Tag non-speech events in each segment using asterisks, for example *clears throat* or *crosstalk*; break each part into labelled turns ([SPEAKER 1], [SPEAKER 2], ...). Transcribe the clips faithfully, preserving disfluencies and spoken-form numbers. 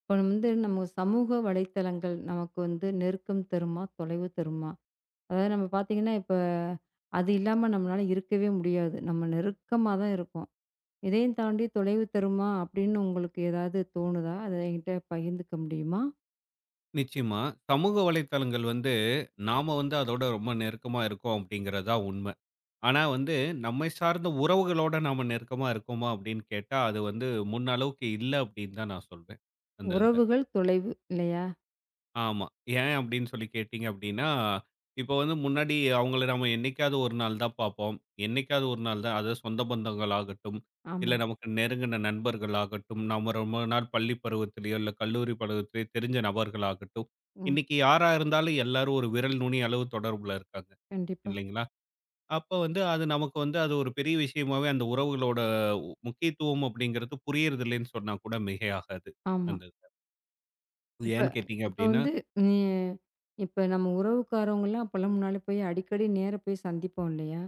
[SPEAKER 1] இப்போ வந்து நம்ம சமூக வலைத்தளங்கள் நமக்கு வந்து நெருக்கம் தருமா? தொலைவு தருமா? அதாவது நம்ம பார்த்தீங்கன்னா, இப்ப அது இல்லாம நம்மளால இருக்கவே முடியாது. நம்ம நெருக்கமா தான் இருப்போம். இதையும் தாண்டி தொலைவு தருமா? அப்படின்னு உங்களுக்கு ஏதாவது தோணுதா? அத என்கிட்ட பகிர்ந்துக்க முடியுமா?
[SPEAKER 2] நிச்சயமா. சமூக வலைத்தளங்கள் வந்து, நாம வந்து அதோட ரொம்ப நெருக்கமா இருக்கோம் அப்படிங்கிறது தான் உண்ம. ஆனா வந்து, நம்மை சார்ந்த உறவுகளோட நாம நெருக்கமா இருக்கோமா அப்படின்னு கேட்டா, அது வந்து முன்ன அளவுக்கு இல்ல அப்படின்னு தான் நான் சொல்வேன், அந்த இதுல.
[SPEAKER 1] உறவுகள் தொலைவு இல்லையா?
[SPEAKER 2] ஆமா. ஏன் அப்படின்னு சொல்லி கேட்டீங்க அப்படின்னா, இப்போ வந்து முன்னாடி அவங்கள நம்ம என்னைக்காவது ஒரு நாள் தான் பார்ப்போம். என்னைக்காவது ஒரு நாள் தான். அதாவது சொந்த பந்தங்கள் ஆகட்டும், இல்ல
[SPEAKER 1] ஆமா.
[SPEAKER 2] நமக்கு நெருங்கின நண்பர்கள் ஆகட்டும், நம்ம ரொம்ப நாள் பள்ளி பருவத்திலயோ, இல்ல கல்லூரி பருவத்திலயோ தெரிஞ்ச நபர்கள் ஆகட்டும்,
[SPEAKER 1] ம்.
[SPEAKER 2] இன்னைக்கு யாரா இருந்தாலும் எல்லாரும் ஒரு விரல் நுனி அளவு தொடர்புல இருக்காங்க
[SPEAKER 1] கண்டிப்பா.
[SPEAKER 2] இல்லைங்களா? அப்ப வந்து அது நமக்கு வந்து அது ஒரு பெரிய விஷயமாவே அந்த உறவுகளோட உ- முக்கியத்துவம் அப்படிங்கிறது புரியறதில்லைன்னு சொன்னா கூட மிகையாகாது.
[SPEAKER 1] ஆமா.
[SPEAKER 2] அந்த இது.
[SPEAKER 1] இப்ப
[SPEAKER 2] ஏன்னு கேட்டீங்க
[SPEAKER 1] இப்ப
[SPEAKER 2] அப்படின்னா
[SPEAKER 1] வந்து நீ இப்ப நம்ம உறவுக்காரவங்கலாம் அப்பலாம் முன்னால போய் அடிக்கடி நேர போய் சந்திப்போம் இல்லையா?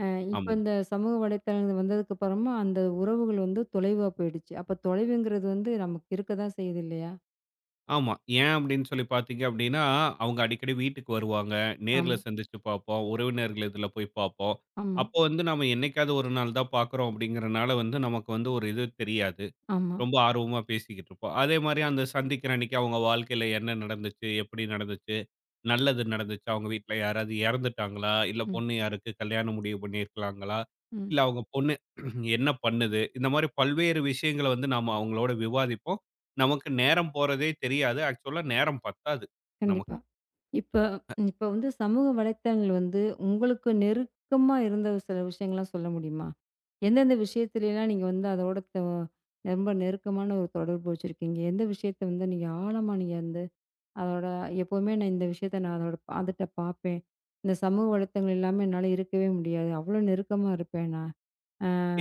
[SPEAKER 1] அ இப்ப
[SPEAKER 2] ஆமாங்க.
[SPEAKER 1] இந்த சமூக வலைத்தளங்கள் வந்ததுக்கு அப்புறமா, அந்த உறவுகள் வந்து தொலைவா போயிடுச்சு. அப்ப தொலைவுங்கிறது வந்து நமக்கு இருக்க தான் செய்யுது இல்லையா?
[SPEAKER 2] ஆமா. ஏன் அப்படின்னு சொல்லி பார்த்தீங்க அப்படின்னா, அவங்க அடிக்கடி வீட்டுக்கு வருவாங்க. நேர்ல
[SPEAKER 1] ஆமா,
[SPEAKER 2] சந்திச்சு பார்ப்போம். உறவினர்கள் இதில போய் பார்ப்போம்.
[SPEAKER 1] ஆமா,
[SPEAKER 2] அப்போ வந்து நாம என்னைக்காவது ஒரு நாள் தான் பார்க்குறோம் அப்படிங்கிறனால வந்து நமக்கு வந்து ஒரு இது தெரியாது.
[SPEAKER 1] ஆமா.
[SPEAKER 2] ரொம்ப ஆர்வமா பேசிக்கிட்டு இருப்போம். அதே மாரி அந்த சந்திக்கிற அன்னைக்கு அவங்க வாழ்க்கையில என்ன நடந்துச்சு? எப்படி நடந்துச்சு? நல்லது நடந்துச்சா? அவங்க வீட்ல யாராவது இறந்துட்டாங்களா? இல்ல
[SPEAKER 1] ம்,
[SPEAKER 2] பொண்ணு யாருக்கு கல்யாணம் முடிவு பண்ணியிருக்கிறாங்களா?
[SPEAKER 1] ம்.
[SPEAKER 2] இல்ல அவங்க பொண்ணு *clears throat* என்ன பண்ணுது? இந்த மாரி பல்வேறு விஷயங்கள வந்து நாம அவங்களோட விவாதிப்போம். நமக்கு நேரம் போறதே தெரியாது. ஆக்சுவலா நேரம் பத்தாது நமக்கு.
[SPEAKER 1] கண்டிப்பா. இப்ப இப்ப வந்து சமூக வலைத்தளங்கள் வந்து உங்களுக்கு நெருக்கமா இருந்த சில விஷயங்கள்லாம் சொல்ல முடியுமா? எந்தெந்த விஷயத்துலலாம் நீங்க வந்து அதோட தொ ரொம்ப நெருக்கமான ஒரு தொடர்பு வச்சிருக்கீங்க? எந்த விஷயத்த வந்து நீங்க ஆழமா நீங்க அந்த அதோட எப்பவுமே நான் இந்த விஷயத்த நான் அதோட அதுட்ட பார்ப்பேன். இந்த சமூக வலைத்தளங்கள் இல்லாம என்னால இருக்கவே முடியாது. அவ்ளோ நெருக்கமா இருப்பேன் நான்.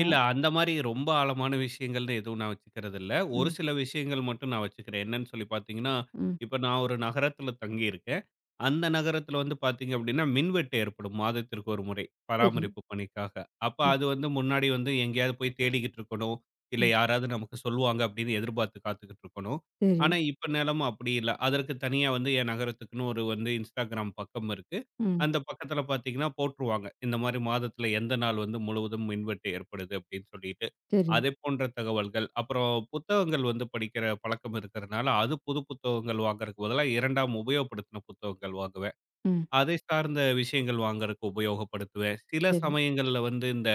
[SPEAKER 2] இல்ல. அந்த மாரி ரொம்ப ஆழமான விஷயங்கள்னு எதுவும் நான் வச்சுக்கிறது இல்ல. ஒரு
[SPEAKER 1] ம்,
[SPEAKER 2] சில விஷயங்கள் மட்டும் நான் வச்சுக்கிறேன். என்னன்னு சொல்லி பார்த்தீங்கன்னா,
[SPEAKER 1] ம்.
[SPEAKER 2] இப்ப நான் ஒரு நகரத்துல தங்கியிருக்கேன். அந்த நகரத்துல வந்து பார்த்தீங்க அப்டின்னா, மின்வெட்டு ஏற்படும் மாதத்திற்கு ஒரு முறை
[SPEAKER 1] சரி.
[SPEAKER 2] பராமரிப்பு பணிக்காக. அப்ப
[SPEAKER 1] ம்,
[SPEAKER 2] அது வந்து முன்னாடி வந்து எங்கேயாவது போய் தேடிக்கிட்டு இருக்கணும். இல்ல
[SPEAKER 1] ம்.
[SPEAKER 2] யாராவது நமக்கு சொல்லுவாங்க அப்டின்னு எதிர்பார்த்து காத்துக்கிட்டு இருக்கணும்.
[SPEAKER 1] சரி.
[SPEAKER 2] ஆனா, இப்ப நிலைமை அப்டி இல்ல. அதற்கு தனியா வந்து என் நகரத்துக்குன்னு ஒரு வந்து Instagram பக்கம் இருக்கு.
[SPEAKER 1] ம்.
[SPEAKER 2] அந்த பக்கத்துல பார்த்தீங்கன்னா போட்டுருவாங்க. இந்த மாரி மாதத்துல எந்த நாள் வந்து முழுவதும் மின்வெட்டு ஏற்படுது அப்படின்னு சொல்லிட்டு.
[SPEAKER 1] சரி.
[SPEAKER 2] அதே போன்ற தகவல்கள். அப்புறம் புத்தகங்கள் வந்து படிக்கிற பழக்கம் இருக்கிறனால, அது புது புத்தகங்கள் வாங்குறதுக்கு பதிலா இரண்டாம் உபயோகப்படுத்தின புத்தகங்கள் வாங்குவேன்.
[SPEAKER 1] ம்.
[SPEAKER 2] அதை சார்ந்த விஷயங்கள் வாங்குறதுக்கு உபயோகப்படுத்துவேன். சில
[SPEAKER 1] சரி,
[SPEAKER 2] சமயங்கள்ல வந்து இந்த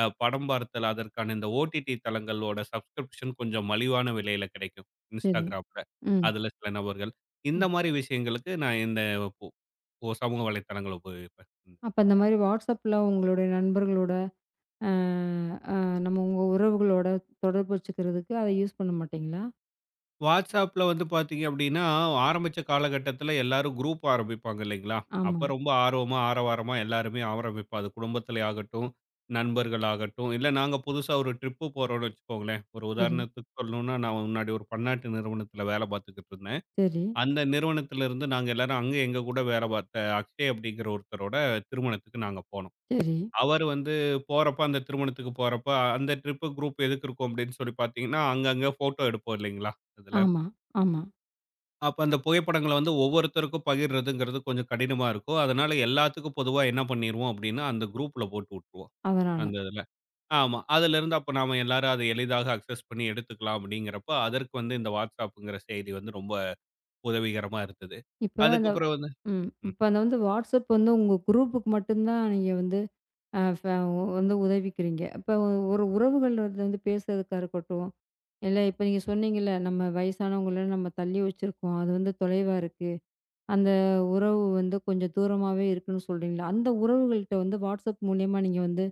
[SPEAKER 2] அ படம் பார்த்தல் அதற்கான இந்த ஓடிடி தளங்களோட சப்ஸ்கிரிப்ஷன் கொஞ்சம் மலிவான விலையில கிடைக்கும்.
[SPEAKER 1] சரி.
[SPEAKER 2] Instagramல.
[SPEAKER 1] ம்,
[SPEAKER 2] அதுல சில நபர்கள். இந்த
[SPEAKER 1] ம்.
[SPEAKER 2] மாரி விஷயங்களுக்கு நான் இந்த ஓ! சமூக வலைத்தளங்கள உபயோகிப்பேன். ம்.
[SPEAKER 1] அப்ப இந்த மாரி WhatsAppல உங்களுடைய நண்பர்களோட, அ, அ நம்ம உங்க உறவுகளோட தொடர்பு வச்சுக்கிறதுக்கு அத யூஸ் பண்ண மாட்டீங்களா?
[SPEAKER 2] WhatsAppல வந்து பார்த்தீங்க அப்டின்னா, ஆரம்பிச்ச காலகட்டத்தில எல்லாரும் குரூப் ஆரம்பிப்பாங்க இல்லைங்களா?
[SPEAKER 1] ஆமா.
[SPEAKER 2] அப்ப ரொம்ப ஆர்வமா, ஆரவாரமா எல்லாருமே ஆரம்பிப்போம். அது குடும்பத்திலே ஆகட்டும், நண்பர்கள் ஆகட்டும், இல்ல நாங்க புதுசா ஒரு ட்ரிப்பு போறோம்னு வச்சுக்கோங்களேன். ஒரு
[SPEAKER 1] சரி,
[SPEAKER 2] உதாரணத்துக்கு சொல்லணும்னா, நான் முன்னாடி ஒரு பன்னாட்டு நிறுவனத்தில வேல பார்த்துக்கிட்டு இருந்தேன்.
[SPEAKER 1] சரி,
[SPEAKER 2] அந்த நிறுவனத்தில இருந்து நாங்க எல்லாரும் அங்க எங்க கூட வேல பார்த்த அக்ஷய் அப்டிங்கிற ஒருத்தரோட திருமணத்துக்கு நாங்க போனோம்.
[SPEAKER 1] சரி.
[SPEAKER 2] அவரு வந்து போறப்ப, அந்த திருமணத்துக்கு போறப்ப, அந்த ட்ரிப்பு குரூப் எதுக்கு இருக்கும் அப்படின்னு சொல்லி பார்த்தீங்கன்னா, அங்கங்க ஃபோட்டோ எடுப்போம் இல்லைங்களா? இதுல.
[SPEAKER 1] ஆமா, ஆமா.
[SPEAKER 2] அப்ப அந்த புகைப்படங்கள வந்து ஒவ்வொருத்தருக்கும் பகிர்றதுங்கிறது கொஞ்சம் கடினமா இருக்கும். அதனால எல்லாத்துக்கும் பொதுவா என்ன பண்ணிருவோம் அப்படின்னா, அந்த குரூப்ல போட்டு விட்டுருவோம்.
[SPEAKER 1] அதனால.
[SPEAKER 2] அந்த இதுல. ஆமா. அதிலிருந்து அப்ப நாம எல்லாரும் அத எளிதாக அக்சஸ் பண்ணி எடுத்துக்கலாம் அப்படிங்கிறப்ப, அதற்கு வந்து இந்த WhatsAppங்கிற செயலி வந்து ரொம்ப உதவிகரமா இருந்தது.
[SPEAKER 1] இப்ப அந்த
[SPEAKER 2] அதுக்கப்புறம் வந்து ம்.
[SPEAKER 1] ம். இப்ப அந்த வந்து WhatsApp வந்து உங்க குரூப்புக்கு மட்டும் தான் நீங்க வந்து அ ஃப வந்து உதவிக்கிறீங்க. அப்ப ஒரு உறவுகள் வந்து வந்து பேசுறதுக்கா இருக்கட்டும், இல்ல இப்ப நீங்க சொன்னீங்கல்ல, நம்ம வயசானவங்கள நம்ம தள்ளி வச்சிருக்கோம். அது வந்து தொலைவா இருக்கு. அந்த உறவு வந்து கொஞ்சம் தூரமாவே இருக்குன்னு சொல்றீங்கல்ல, அந்த உறவுகள்ட்ட வந்து WhatsApp மூலியமா நீங்க வந்து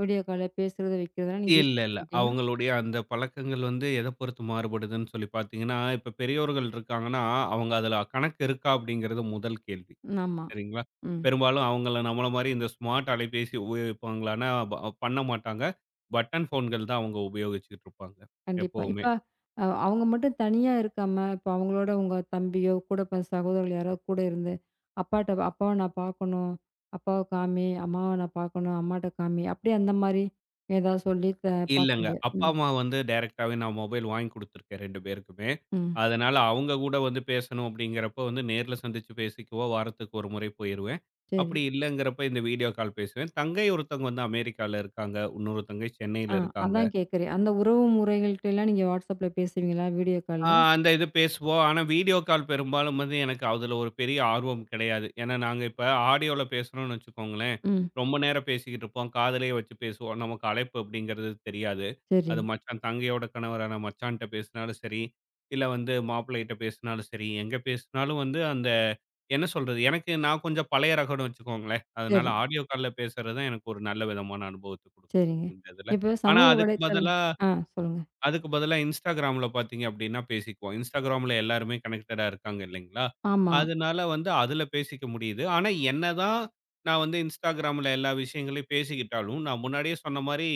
[SPEAKER 1] வீடியோ கால்ல பேசுறத, வைக்கிறதெல்லாம் நீங்க யூஸ்
[SPEAKER 2] இல்ல, இல்ல.
[SPEAKER 1] பண்ண மாட்டீங்களா?
[SPEAKER 2] அவங்களுடைய அந்த பழக்கங்கள் வந்து எத பொறுத்து மாறுபடுதுன்னு சொல்லி பார்த்தீங்கன்னா, இப்ப பெரியோர்கள் இருக்காங்கன்னா, அவங்க அதுல கணக்கு இருக்கா? அப்படிங்கிறது முதல் கேள்வி.
[SPEAKER 1] ஆமா.
[SPEAKER 2] சரிங்களா?
[SPEAKER 1] ம்.
[SPEAKER 2] பெரும்பாலும் அவங்கள நம்மள மாரி இந்த ஸ்மார்ட் அலைபேசி உபயோகிப்பாங்களான்னா, ப பண்ண மாட்டாங்க. பட்டன் ஃபோன்கள் தான் அவங்க உபயோகிச்சுட்டு இருப்பாங்க
[SPEAKER 1] கண்டிப்பா.
[SPEAKER 2] எப்பவுமே.
[SPEAKER 1] இப்ப அ அவங்க மட்டும் தனியா இருக்காம, இப்ப அவங்களோட உங்க தம்பியோ, கூட பிறந்த சகோதரர்கள் யாரோ கூட இருந்து, அப்பாட்ட "அப்பாவ நான் பார்க்கணும். அப்பாவ காமி, அம்மாவ நான் பார்க்கணும். அம்மாட்ட காமி." அப்படி அந்த மாரி ஏதாவது சொல்லி த பார்க்க
[SPEAKER 2] இல்லங்க.
[SPEAKER 1] முடியாது.
[SPEAKER 2] அப்பா,
[SPEAKER 1] ம்.
[SPEAKER 2] அம்மா வந்து டைரக்ட்டாவே நான் மொபைல் வாங்கி குடுத்துருக்கேன் ரெண்டு பேருக்குமே.
[SPEAKER 1] ம்.
[SPEAKER 2] அதனால அவங்க கூட வந்து பேசணும் அப்படிங்கிறப்போ வந்து நேர்ல சந்திச்சு பேசிக்குவோம். வாரத்துக்கு ஒரு முறை போயிருவேன்.
[SPEAKER 1] சரி.
[SPEAKER 2] அப்படி இல்லங்கிறப்ப இந்த வீடியோ கால் பேசுவேன். தங்கை ஒருத்தவங்க வந்து அமெரிக்கால இருக்காங்க. இன்னொரு தங்கை
[SPEAKER 1] ஆ
[SPEAKER 2] சென்னையில இருக்காங்க.
[SPEAKER 1] அதான் கேட்கிறேன். அந்த உறவு முறைகள்ட்டலாம் நீங்க WhatsAppல பேசுவீங்களா? வீடியோ
[SPEAKER 2] ஆ
[SPEAKER 1] கால்ல?
[SPEAKER 2] அந்த இது பேசுவோம். ஆனா, வீடியோ கால் பெரும்பாலும் வந்து எனக்கு அதுல ஒரு பெரிய ஆர்வம் கிடையாது. ஏன்னா, நாங்க இப்ப ஆடியோல பேசுறோம்னு வச்சுக்கோங்களேன்,
[SPEAKER 1] ம்.
[SPEAKER 2] ரொம்ப நேரம் பேசிக்கிட்டு இருப்போம். காதுலயே வச்சு பேசுவோம். நமக்கு அழைப்பு அப்படிங்கிறது தெரியாது.
[SPEAKER 1] சரி,
[SPEAKER 2] அது மச்சான் தங்கையோட கணவரான மச்சான்ட்ட பேசினாலும் சரி, இல்ல வந்து மாப்பிள்ளைகிட்ட பேசினாலும் சரி, எங்க பேசினாலும் வந்து அந்த என்ன சொல்றது? எனக்கு நான் கொஞ்சம் பழைய ரகம்னு வச்சுக்கோங்களேன். அதனால
[SPEAKER 1] சரி,
[SPEAKER 2] ஆடியோ கால்ல பேசுறது தான் எனக்கு ஒரு நல்ல விதமான அனுபவத்த குடுக்குது,
[SPEAKER 1] சரிங்க.
[SPEAKER 2] இந்த இதுல.
[SPEAKER 1] இப்ப
[SPEAKER 2] ஆனா,
[SPEAKER 1] சமூக
[SPEAKER 2] அதுக்கு
[SPEAKER 1] வலைத்தள
[SPEAKER 2] பதிலா
[SPEAKER 1] ஆ சொல்லுங்க.
[SPEAKER 2] அதுக்கு பதிலா Instagramல பார்த்தீங்க அப்படின்னா பேசிக்குவோம். Instagramல எல்லாருமே கனெக்டடா இருக்காங்க இல்லைங்களா?
[SPEAKER 1] ஆமா,
[SPEAKER 2] அதனால வந்து அதுல பேசிக்க முடியுது. ஆனா என்னதான் நான் வந்து Instagramல எல்லா விஷயங்களையும் பேசிக்கிட்டாலும், நான் முன்னாடியே சொன்ன மாரி,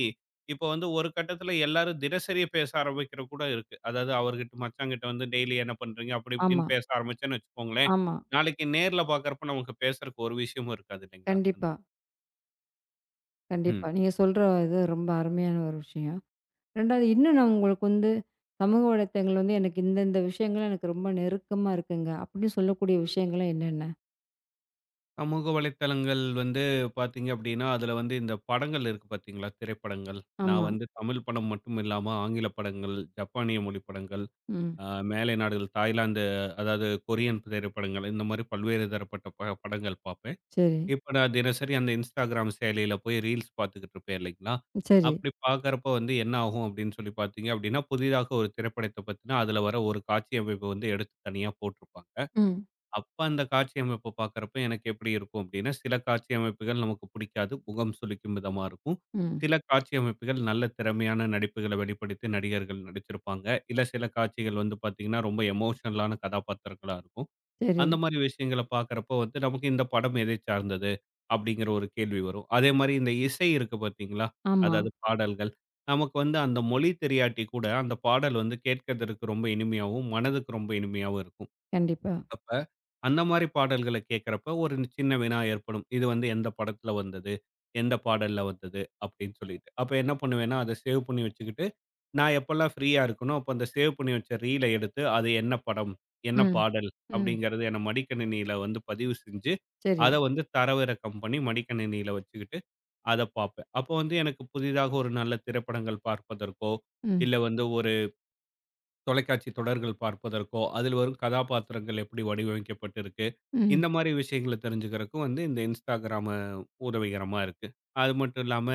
[SPEAKER 2] இப்ப வந்து ஒரு கட்டத்துல எல்லாரும் தினசரி பேச ஆரம்பிக்கிற கூட இருக்கு. அதாவது அவர்கிட்ட மச்சான்கிட்ட வந்து டெய்லி என்ன பண்றீங்க? அப்படி இப்படின்னு
[SPEAKER 1] ஆமா,
[SPEAKER 2] பேச ஆரம்பிச்சேன்னு வச்சுக்கோங்களேன்.
[SPEAKER 1] ஆமா.
[SPEAKER 2] நாளைக்கு நேர்ல பார்க்கறப்ப நமக்கு பேசுறக்கு ஒரு விஷயமும் இருக்காது இல்லைங்களா? அந்த
[SPEAKER 1] கண்டிப்பா. கண்டிப்பா.
[SPEAKER 2] ம்.
[SPEAKER 1] நீங்க சொல்ற இது ரொம்ப அருமையான ஒரு விஷயம். ரெண்டாவது இன்னும் நான் உங்களுக்கு வந்து சமூக வலைத்தளங்கள் வந்து எனக்கு இந்த இந்த விஷயங்கள் எனக்கு ரொம்ப நெருக்கமா இருக்குங்க. அப்படின்னு சொல்லக்கூடிய விஷயங்கள்லாம் என்னென்ன?
[SPEAKER 2] சமூக வலைத்தளங்கள் வந்து பார்த்தீங்க அப்படின்னா, அதில வந்து இந்த படங்கள் இருக்கு பார்த்தீங்களா? திரைப்படங்கள். நான்
[SPEAKER 1] ஆமா.
[SPEAKER 2] வந்து தமிழ் படம் மட்டும் இல்லாம ஆங்கில படங்கள், ஜப்பானிய மொழி படங்கள்,
[SPEAKER 1] ம்.
[SPEAKER 2] அ மேலை நாடுகள் தாய்லாந்து அதாவது கொரியன் திரைப்படங்கள் இந்த மாரி பல்வேறு தரப்பட்ட ப படங்கள் பார்ப்பேன்.
[SPEAKER 1] சரி,
[SPEAKER 2] இப்ப நான் தினசரி அந்த Instagram செயலியில போய் ரீல்ஸ் பார்த்துக்கிட்டு இருப்பேன் இல்லைங்களா?
[SPEAKER 1] சரி.
[SPEAKER 2] அப்படி பார்க்கறப்ப வந்து என்ன ஆகும் அப்படின்னு சொல்லி பார்த்தீங்க அப்படின்னா, புதிதாக ஒரு திரைப்படத்த பத்தின அதில வர ஒரு காட்சி அமைப்ப வந்து எடுத்து தனியா போட்டிருப்பாங்க.
[SPEAKER 1] ம்,
[SPEAKER 2] அப்ப அந்த காட்சி அமைப்பு பார்க்கறப்ப எனக்கு எப்படி இருக்கும் அப்படின்னா, சில காட்சி அமைப்புகள் நமக்கு பிடிக்காது. முகம் சுளிக்கும் விதமா இருக்கும்.
[SPEAKER 1] ம்.
[SPEAKER 2] சில காட்சி அமைப்புகள் நல்ல திறமையான நடிப்புகள வெளிப்படுத்தி நடிகர்கள் நடிச்சிருப்பாங்க. இல்ல சில காட்சிகள் வந்து பார்த்தீங்கன்னா, ரொம்ப எமோஷனலான கதாபாத்திரங்களா இருக்கும்.
[SPEAKER 1] சரி.
[SPEAKER 2] அந்த மாரி விஷயங்கள பார்க்கறப்போ வந்து நமக்கு இந்த படம் எதை சார்ந்தது? அப்படிங்கிற ஒரு கேள்வி வரும். அதே மாரி இந்த இசை இருக்கு பார்த்தீங்களா?
[SPEAKER 1] ஆமா.
[SPEAKER 2] அதாவது பாடல்கள். நமக்கு வந்து அந்த மொழி தெரியாட்டி கூட, அந்த பாடல் வந்து கேட்கதற்கு ரொம்ப இனிமையாவும், மனதுக்கு ரொம்ப இனிமையாவும் இருக்கும்.
[SPEAKER 1] கண்டிப்பா.
[SPEAKER 2] அப்ப, அந்த மாரி பாடல்கள கேட்கிறப்ப ஒரு சின்ன வினா ஏற்படும். இது வந்து எந்த படத்துல வந்தது? எந்த பாடல்ல வந்தது? அப்படின்னு சொல்லிட்டு. அப்ப என்ன பண்ணுவேன்னா, அத சேவ் பண்ணி வச்சுக்கிட்டு, நான் எப்பல்லாம் ஃப்ரீயா இருக்கனோ, அப்ப அந்த சேவ் பண்ணி வச்ச ரீல எடுத்து, அது என்ன படம்? என்ன
[SPEAKER 1] ம்,
[SPEAKER 2] பாடல்?
[SPEAKER 1] ம்.
[SPEAKER 2] அப்படிங்கிறது என் மடிக்கணினியில வந்து பதிவு செஞ்சு,
[SPEAKER 1] சரி.
[SPEAKER 2] அத வந்து தரவிறக்கம் பண்ணி மடிக்கணினியில வச்சுக்கிட்டு, அத பார்ப்பேன். அப்போ வந்து எனக்கு புதிதாக ஒரு நல்ல திரைப்படங்கள் பார்ப்பதற்கோ,
[SPEAKER 1] ம்,
[SPEAKER 2] இல்ல வந்து தொலைக்காட்சி தொடர்கள் பார்ப்பதற்கோ, அதில் வரும் கதாபாத்திரங்கள் எப்படி வடிவமைக்கப்பட்டிருக்கு,
[SPEAKER 1] ம்.
[SPEAKER 2] இந்த மாரி விஷயங்கள தெரிஞ்சுக்கிறதுக்கும் வந்து இந்த இன்ஸ்டாகிராமு உதவிகரமா இருக்கு. அது மட்டும் இல்லாம,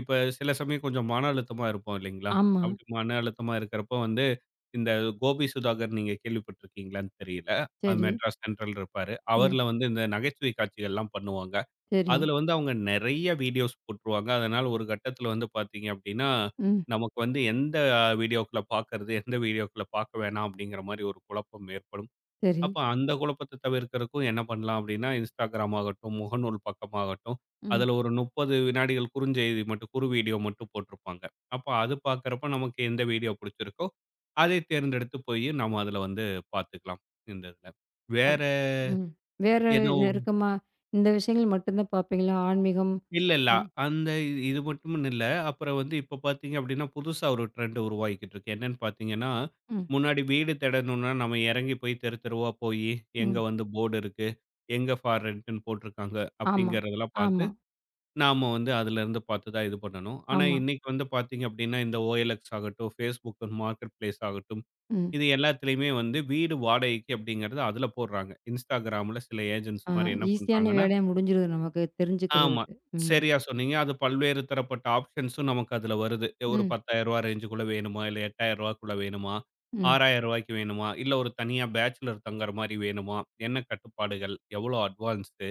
[SPEAKER 2] இப்ப சில சமயம் கொஞ்சம் மன அழுத்தமா இருப்போம் இல்லைங்களா?
[SPEAKER 1] ஆமா.
[SPEAKER 2] அப்படி மன அழுத்தமா இருக்கிறப்போ வந்து, இந்த கோபி சுதாகர் நீங்க கேள்விப்பட்டிருக்கீங்களான்னு தெரியல. அது
[SPEAKER 1] சரி.
[SPEAKER 2] மெட்ராஸ் சென்ட்ரல் இருப்பாரு.
[SPEAKER 1] ம்.
[SPEAKER 2] அவர்ல வந்து இந்த நகைச்சுவை காட்சிகள்லாம் பண்ணுவாங்க.
[SPEAKER 1] சரி.
[SPEAKER 2] அதுல வந்து அவங்க நெறைய வீடியோஸ் போட்டுருவாங்க. அதனால ஒரு கட்டத்துல வந்து பாத்தீங்க அப்டின்னா,
[SPEAKER 1] ம்.
[SPEAKER 2] நமக்கு வந்து எந்த வீடியோக்கள பாக்கறது, எந்த வீடியோக்கள பாக்க வேணாம் அப்டிங்கிற மாரி ஒரு குழப்பம் ஏற்படும்.
[SPEAKER 1] சரி.
[SPEAKER 2] அப்ப அந்த குழப்பத்த தவிர்க்கறக்கும் என்ன பண்ணலாம் அப்டின்னா, Instagram ஆகட்டும், முகநூல் பக்கமாகட்டும்,
[SPEAKER 1] ம்.
[SPEAKER 2] அதுல ஒரு முப்பது வினாடிகள் குறுஞ்செய்தி மட்டும் குறு வீடியோ மட்டும் போட்டிருப்பாங்க. அப்ப அது பாக்கறப்ப நமக்கு எந்த வீடியோ புடிச்சிருக்கோ, அதை தேர்ந்தெடுத்து போயி நம்ம அதுல வந்து பாத்துக்கலாம். இந்த இதுல. வேற
[SPEAKER 1] அல் ம். வேற
[SPEAKER 2] ஏதோ
[SPEAKER 1] நெருக்கமா இந்த விஷயங்கள் மட்டும் தான் பார்ப்பீங்களா? ஆன்மீகம்.
[SPEAKER 2] இல்ல, இல்ல.
[SPEAKER 1] அ.
[SPEAKER 2] அந்த இது மட்டும்ன்னு இல்ல. அப்புறம் வந்து இப்ப பார்த்தீங்க அப்படின்னா, புதுசா ஒரு ட்ரெண்ட் உருவாகிக்கிட்டு இருக்கு. என்னன்னு பார்த்தீங்கன்னா,
[SPEAKER 1] ம்,
[SPEAKER 2] முன்னாடி வீடு தேடணும்னா நம்ம இறங்கி போய் தெரு தெருவா போயி, எங்க
[SPEAKER 1] ம்.
[SPEAKER 2] வந்து போர்டு இருக்கு, எங்க ஃபார் ரென்ட்ன்னு போட்டிருக்காங்க
[SPEAKER 1] ஆமா,
[SPEAKER 2] அப்படிங்கிறதெல்லாம் பார்த்து,
[SPEAKER 1] ஆமா,
[SPEAKER 2] நாம வந்து அதுலருந்து பார்த்து தான் இது பண்ணணும். ஆனா
[SPEAKER 1] ஆமா.
[SPEAKER 2] இன்னைக்கு வந்து பார்த்தீங்க அப்படின்னா, இந்த O L X ஆகட்டும், Facebook மார்க்கெட் பிளேஸ் ஆகட்டும்,
[SPEAKER 1] ம்.
[SPEAKER 2] இது எல்லாத்துலயுமே வந்து வீடு வாடகைக்கு அப்படிங்கிறது அதுல போடுறாங்க. Instagramல சில ஏஜென்ட்ஸ்
[SPEAKER 1] ஆ
[SPEAKER 2] மாரி என்ன
[SPEAKER 1] ஈஸியான
[SPEAKER 2] பண்றாங்கன்னா,
[SPEAKER 1] வேலையா முடிஞ்சிருது நமக்கு
[SPEAKER 2] ஆமா.
[SPEAKER 1] தெரிஞ்சுக்கிறதுக்கு. ம்,
[SPEAKER 2] சரியா சொன்னீங்க. அது பல்வேறு தரப்பட்ட ஆப்ஷன்ஸும் நமக்கு அதுல வருது. ஒரு ரூ.
[SPEAKER 1] ம்,
[SPEAKER 2] பத்தாயிரம் ரேஞ்சுக்குள்ள வேணுமா? இல்ல ரூ. 8,000க்குள்ள வேணுமா? ரூ.
[SPEAKER 1] ம்.
[SPEAKER 2] 6,000க்கு வேணுமா? இல்ல ஒரு தனியா பேச்சுலர் தங்குற மாரி வேணுமா? என்ன கட்டுப்பாடுகள்? எவ்வளோ அட்வான்ஸு?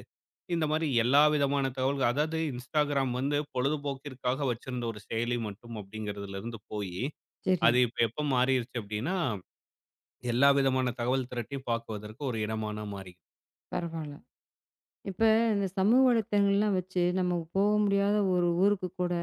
[SPEAKER 2] இந்த மாரி எல்லா விதமான தகவல்கள் அதாவது Instagram வந்து பொழுதுபோக்கிற்காக வச்சிருந்த ஒரு செயலி மட்டும் அப்படிங்கிறதுலருந்து போயி,
[SPEAKER 1] சரி,
[SPEAKER 2] அது இப்ப எப்ப மாறிருச்சு அப்படின்னா, எல்லா விதமான தகவல் திரட்டியும் பார்க்குவதற்கு ஒரு இடமா மாறி
[SPEAKER 1] பரவால்ல. இப்ப இந்த சமூக வலைத்தளங்கள்லாம் வச்சு நம்ம போக முடியாத ஒரு ஊருக்கு கூட,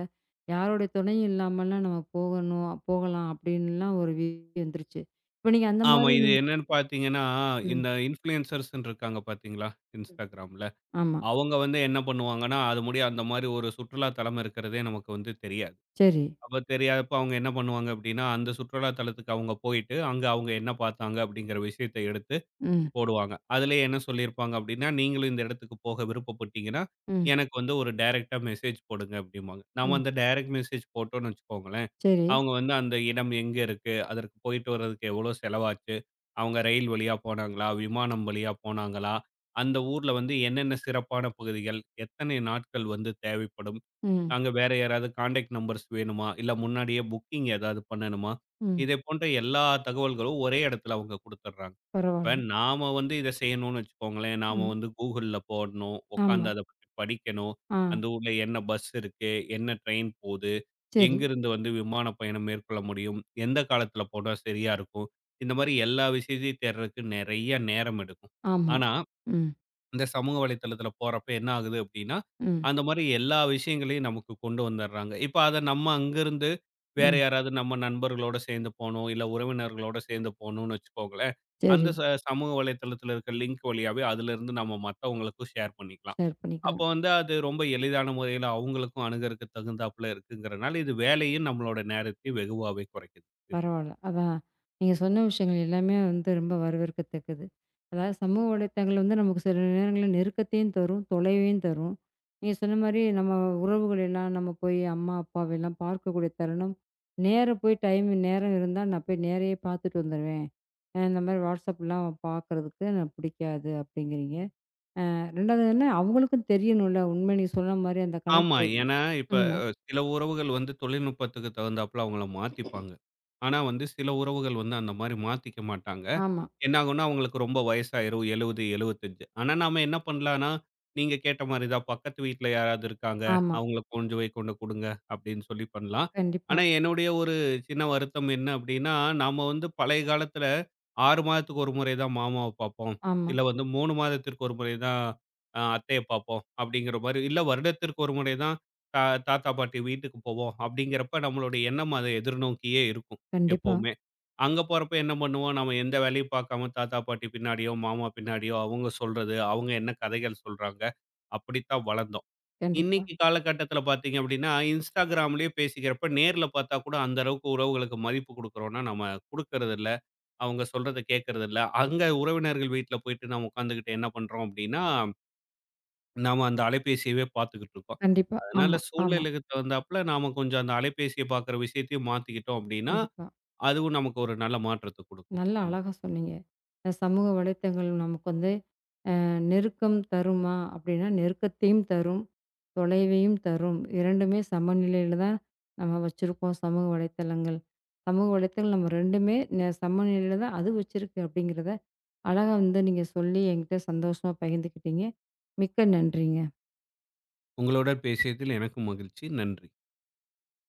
[SPEAKER 1] யாருடைய துணையும் இல்லாமல்லாம் நம்ம போகணும் போகலாம் அப்படின்லாம் ஒரு வீடியோ வந்துருச்சு. இப்ப நீங்க அந்த
[SPEAKER 2] ஆமா.
[SPEAKER 1] மாரி
[SPEAKER 2] இது
[SPEAKER 1] நீங்க
[SPEAKER 2] என்னன்னு பார்த்தீங்கன்னா,
[SPEAKER 1] ம்,
[SPEAKER 2] இந்த இன்ஃப்ளூயன்சர்ஸ்ன்னு இருக்காங்க பார்த்தீங்களா?
[SPEAKER 1] ம்.
[SPEAKER 2] Instagramல.
[SPEAKER 1] ஆமா.
[SPEAKER 2] அவங்க வந்து என்ன பண்ணுவாங்கன்னா, அது முடிய அந்த மாரி ஒரு சுற்றுலா தலம் இருக்கிறதே நமக்கு வந்து தெரியாது.
[SPEAKER 1] சரி.
[SPEAKER 2] அப்ப தெரியாதப்ப அவங்க என்ன பண்ணுவாங்க அப்டின்னா, அந்த சுற்றுலா தலத்துக்கு அவங்க போயிட்டு, அங்க அவங்க என்ன பார்த்தாங்க அப்டிங்கிற விஷயத்த எடுத்து
[SPEAKER 1] ம்,
[SPEAKER 2] போடுவாங்க. அதிலேயே என்ன சொல்லியிருப்பாங்க அப்டின்னா, "நீங்களும் இந்த இடத்துக்கு போக விருப்பப்பட்டீங்கன்னா,
[SPEAKER 1] ம்,
[SPEAKER 2] எனக்கு வந்து ஒரு டைரக்ட்டா மெசேஜ் போடுங்க" அப்டிம்பாங்க. நம்ம
[SPEAKER 1] ம்.
[SPEAKER 2] அந்த டைரக்ட் மெசேஜ் போட்டோம்னு வச்சுக்கோங்களேன்,
[SPEAKER 1] சரி.
[SPEAKER 2] அவங்க வந்து அந்த இடம் எங்க இருக்கு? அதற்கு போயிட்டு வர்றதுக்கு எவ்வளோ செலவாச்சு? அவங்க ரயில் வழியா போனாங்களா? விமானம் வழியா போனாங்களா? அந்த ஊர்ல வந்து என்னென்ன சிறப்பான பகுதிகள்? எத்தனை நாட்கள் வந்து தேவைப்படும்?
[SPEAKER 1] ம்,
[SPEAKER 2] அங்க வேற யாராவது கான்டாக்ட் நம்பர்ஸ் வேணுமா? இல்ல முன்னாடியே புக்கிங் ஏதாவது பண்ணணுமா?
[SPEAKER 1] ம்.
[SPEAKER 2] இதை போன்ற எல்லா தகவல்களும் ஒரே இடத்துல அவங்க குடுத்துடுறாங்க. இப்ப
[SPEAKER 1] பரவால்ல.
[SPEAKER 2] நாம வந்து இதை செய்யணும்னு வச்சுக்கோங்களேன், நாம
[SPEAKER 1] ம்.
[SPEAKER 2] வந்து Googleல போடணும், உட்கார்ந்து
[SPEAKER 1] ஆமா.
[SPEAKER 2] அத பத்தி படிக்கணும்.
[SPEAKER 1] ஆ.
[SPEAKER 2] அந்த ஊர்ல என்ன பஸ் இருக்கு? என்ன ட்ரெயின் போகுது?
[SPEAKER 1] சரி.
[SPEAKER 2] எங்கிருந்து வந்து விமான பயணம் மேற்கொள்ள முடியும்? எந்த காலத்துல போனா சரியா இருக்கும்? இந்த மாரி எல்லா விஷயத்தையும் தேடுறதுக்கு நெறைய நேரம் எடுக்கும்.
[SPEAKER 1] ஆமா.
[SPEAKER 2] ஆனா
[SPEAKER 1] ம்,
[SPEAKER 2] இந்த சமூக வலைத்தளத்தில போறப்ப என்ன ஆகுது அப்டின்னா,
[SPEAKER 1] ம்,
[SPEAKER 2] அந்த மாரி எல்லா விஷயங்களையும் நமக்கு கொண்டு வந்துடுறாங்க. இப்ப அத நம்ம அங்கருந்து வேற
[SPEAKER 1] ம்.
[SPEAKER 2] யாராவது நம்ம நண்பர்களோட சேர்ந்து போணும், இல்ல உறவினர்களோட சேர்ந்து போணும்னு வச்சுக்கோங்களேன். அந்த
[SPEAKER 1] சரி.
[SPEAKER 2] ச சமூக வலைத்தளத்தில இருக்க லிங்க் வழியாவே அதிலருந்து நம்ம மத்தவங்களுக்கும் ஷேர் பண்ணிக்கலாம்.
[SPEAKER 1] ஷேர்
[SPEAKER 2] அப்போ
[SPEAKER 1] பண்ணிக்கலாம்.
[SPEAKER 2] வந்து அது ரொம்ப எளிதான முறையில அவங்களுக்கும் அணுகறக்கு தகுந்தாப்புல இருக்குங்கிறனால, இது வேலையும் நம்மளோட நேரத்தையும் வெகுவாவே குறைக்குது.
[SPEAKER 1] பரவால்ல. அதான் நீங்க சொன்ன விஷயங்கள் எல்லாமே வந்து ரொம்ப வரவேற்கத்தக்கது. அதாவது சமூக வலைத்தளங்கள் வந்து நமக்கு சில நேரங்கள்ல நெருக்கத்தையும் தரும், தொலைவையும் தரும். நீங்க சொன்ன மாரி நம்ம உறவுகள் எல்லாம் நம்ம போய் அம்மா, அப்பாவெல்லாம் பார்க்கக்கூடிய தருணம், நேர போய் டைம் நேரம் இருந்தா நான் போய் நேரயே பார்த்துட்டு வந்துருவேன். அ இந்த மாரி வாட்ஸ்அப்லாம் பார்க்கறதுக்கு எனக்கு பிடிக்காது அப்படிங்கிறீங்க. அ ரெண்டாவது என்ன அவங்களுக்கும் தெரியணும்ல உண்மை நீங்க சொன்ன மாரி அந்த
[SPEAKER 2] ஆமா.
[SPEAKER 1] கணக்கு. ம்.
[SPEAKER 2] ஏன்னா, இப்ப
[SPEAKER 1] ஆமா,
[SPEAKER 2] அஹ், சில உறவுகள் வந்து தொழில்நுட்பத்துக்கு தகுந்தாப்புல அவங்கள மாத்திப்பாங்க. ஆனா வந்து சில உறவுகள் வந்து அந்த மாரி மாத்திக்க மாட்டாங்க.
[SPEAKER 1] ஆமா,
[SPEAKER 2] என்னாகும்னா அவங்களுக்கு ரொம்ப வயசாயிரும் எழுபது, எழுபத்தி ஐந்து. ஆனா நாம என்ன பண்ணலாம்னா, நீங்க கேட்ட மாரி தான் பக்கத்து வீட்ல யாராவது இருக்காங்க,
[SPEAKER 1] ஆமா.
[SPEAKER 2] அவங்கள கொண்டு போய் கொண்டு குடுங்க அப்படின்னு சொல்லி பண்ணலாம்.
[SPEAKER 1] கண்டிப்பா.
[SPEAKER 2] ஆனா என்னுடைய ஒரு சின்ன வருத்தம் என்ன அப்படின்னா, நாம வந்து பழைய காலத்துல ஆறு மாதத்துக்கு ஒரு முறை தான் மாமாவ பார்ப்போம்.
[SPEAKER 1] ஆமா.
[SPEAKER 2] இல்ல வந்து மூணு மாதத்திற்கு ஒரு முறை தான் அ அத்தைய பார்ப்போம் அப்படிங்கிற மாரி, இல்ல வருடத்திற்கு ஒரு முறை தான் தா தாத்தா, பாட்டி வீட்டுக்கு போவோம் அப்படிங்கிறப்ப நம்மளுடைய எண்ணம் அத எதிர்நோக்கியே இருக்கும்
[SPEAKER 1] கண்டிப்பா,
[SPEAKER 2] எப்பவுமே. அங்க போறப்ப என்ன பண்ணுவோம்? நம்ம எந்த வேலையும் பார்க்காம தாத்தா, பாட்டி பின்னாடியோ, மாமா பின்னாடியோ அவங்க சொல்றது, அவங்க என்ன கதைகள் சொல்றாங்க, அப்படித்தான் வளர்ந்தோம்.
[SPEAKER 1] கண்டிப்பா.
[SPEAKER 2] இன்னைக்கு காலகட்டத்தில பார்த்தீங்க அப்படின்னா, Instagramலயே பேசிக்கிறப்ப நேர்ல பார்த்தா கூட அந்த அளவுக்கு உறவுகளுக்கு மதிப்பு குடுக்குறோம்னா, நம்ம குடுக்கறதில்ல. அவங்க சொல்றத கேட்கறதில்ல. அங்க உறவினர்கள் வீட்ல போயிட்டு நம்ம உட்காந்துகிட்டு என்ன பண்றோம் அப்படின்னா, நாம அந்த அலைபேசியவே பார்த்துக்கிட்டு இருக்கோம்.
[SPEAKER 1] கண்டிப்பா.
[SPEAKER 2] அதனால
[SPEAKER 1] ஆமா, ஆமா.
[SPEAKER 2] சூழ்நிலைக்கு தகுந்தாப்புல நாம கொஞ்சம் அந்த அலைபேசிய பார்க்குற விஷயத்தையும் மாத்திக்கிட்டோம் அப்படின்னா,
[SPEAKER 1] கண்டிப்பா.
[SPEAKER 2] அதுவும் நமக்கு ஒரு நல்ல மாற்றத்த குடுக்கும்.
[SPEAKER 1] நல்லா அழகா சொன்னீங்க. இந்த சமூக வலைத்தளங்கள் நமக்கு வந்து அ நெருக்கம் தருமா? அப்படின்னா, நெருக்கத்தையும் தரும், தொலைவையும் தரும். ரெண்டுமே சமநிலையில தான் நம்ம வச்சிருக்கோம் சமூக வலைத்தளங்கள். சமூக வலைத்தளங்கள் நம்ம ரெண்டுமே ந சமநிலையில தான் அது வச்சிருக்கு அப்படிங்கிறத, அழகா வந்து நீங்க சொல்லி என்கிட்ட சந்தோஷமா பகிர்ந்துக்கிட்டீங்க. மிக்க நன்றிங்க.
[SPEAKER 2] உங்களுடன் பேசியதில் எனக்கும் மகிழ்ச்சி. நன்றி.